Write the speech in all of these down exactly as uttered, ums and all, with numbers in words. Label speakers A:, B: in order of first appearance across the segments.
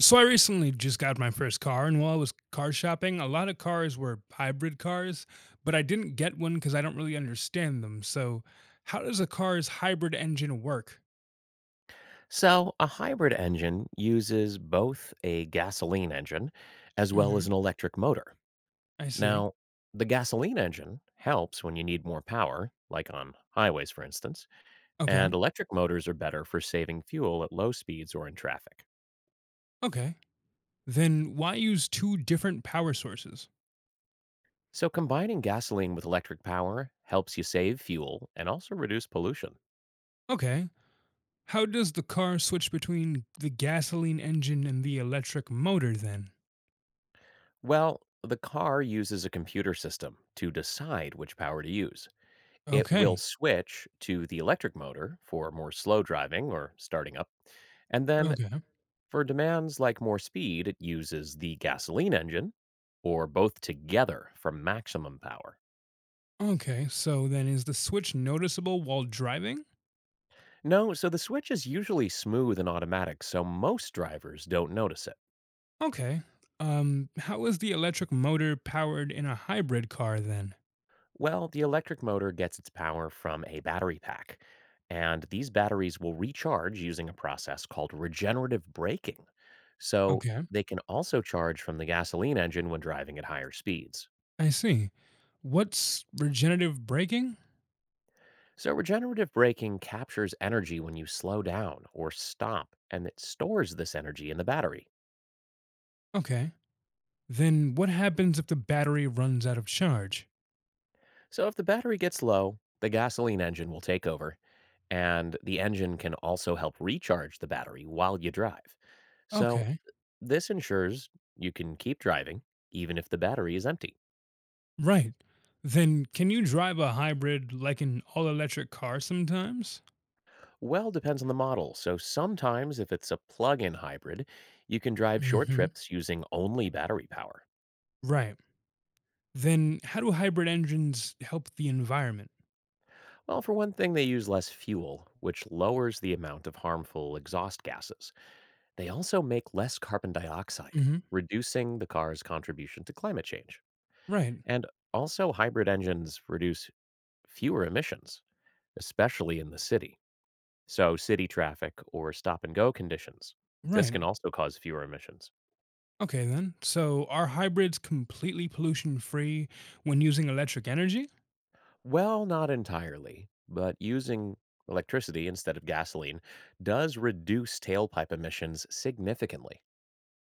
A: So I recently just got my first car, and while I was car shopping, a lot of cars were hybrid cars, but I didn't get one because I don't really understand them. So, how does a car's hybrid engine work?
B: So, a hybrid engine uses both a gasoline engine as well
A: Hmm.
B: as an electric motor.
A: I see.
B: Now, the gasoline engine helps when you need more power, like on highways, for instance,
A: Okay.
B: and electric motors are better for saving fuel at low speeds or in traffic.
A: Okay. Then why use two different power sources?
B: So, combining gasoline with electric power helps you save fuel and also reduce pollution.
A: Okay. How does the car switch between the gasoline engine and the electric motor then?
B: Well, the car uses a computer system to decide which power to use. It will
A: Okay.
B: switch to the electric motor for more slow driving or starting up. And then
A: Okay.
B: for demands like more speed, it uses the gasoline engine or both together for maximum power.
A: Okay. So then is the switch noticeable while driving?
B: No, so the switch is usually smooth and automatic, so most drivers don't notice it.
A: Okay. Um, how is the electric motor powered in a hybrid car then?
B: Well, the electric motor gets its power from a battery pack, and these batteries will recharge using a process called regenerative braking. So
A: Okay.
B: they can also charge from the gasoline engine when driving at higher speeds.
A: I see. What's regenerative braking?
B: So, regenerative braking captures energy when you slow down or stop, and it stores this energy in the battery.
A: Okay. Then what happens if the battery runs out of charge?
B: So, if the battery gets low, the gasoline engine will take over, and the engine can also help recharge the battery while you drive. So,
A: Okay.
B: This ensures you can keep driving even if the battery is empty.
A: Right. Then can you drive a hybrid like an all electric car sometimes?
B: Well, depends on the model. So sometimes, if it's a plug in hybrid, you can drive short
A: Hmm.
B: trips using only battery power.
A: Right. Then how do hybrid engines help the environment?
B: Well, for one thing, they use less fuel, which lowers the amount of harmful exhaust gases. They also make less carbon dioxide,
A: Hmm.
B: reducing the car's contribution to climate change.
A: Right.
B: And also, hybrid engines reduce fewer emissions, especially in the city. So city traffic or stop and go conditions. This
A: Right.
B: can also cause fewer emissions.
A: Okay, then. So are hybrids completely pollution free when using electric energy?
B: Well, not entirely, but using electricity instead of gasoline does reduce tailpipe emissions significantly.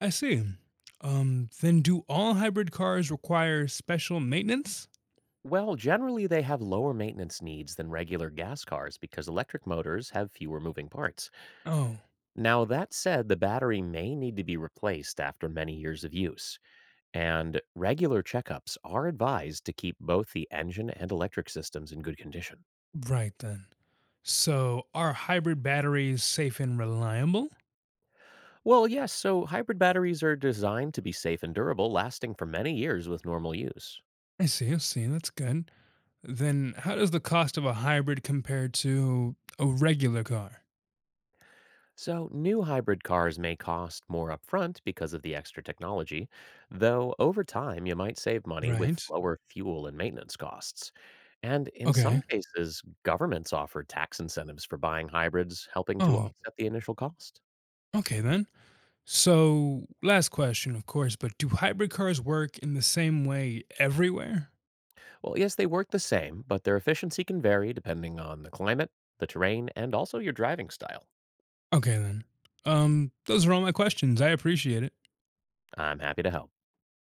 A: I see. Um, then do all hybrid cars require special maintenance?
B: Well, generally, they have lower maintenance needs than regular gas cars because electric motors have fewer moving parts.
A: Oh,
B: Now, that said, the battery may need to be replaced after many years of use, and regular checkups are advised to keep both the engine and electric systems in good condition.
A: right then. So are hybrid batteries safe and reliable?
B: Well, yes, so hybrid batteries are designed to be safe and durable, lasting for many years with normal use.
A: I see, I see. That's good. Then how does the cost of a hybrid compare to a regular car?
B: So, new hybrid cars may cost more upfront because of the extra technology, though over time you might save money with
A: Right.
B: lower fuel and maintenance costs. And in some
A: Okay.
B: cases, governments offer tax incentives for buying hybrids, helping to
A: Oh,
B: offset the initial cost.
A: okay then. So, last question, of course, but do hybrid cars work in the same way everywhere?
B: Well, yes, they work the same, but their efficiency can vary depending on the climate, the terrain, and also your driving style.
A: Okay, then. Um, those are all my questions. I appreciate it.
B: I'm happy to help.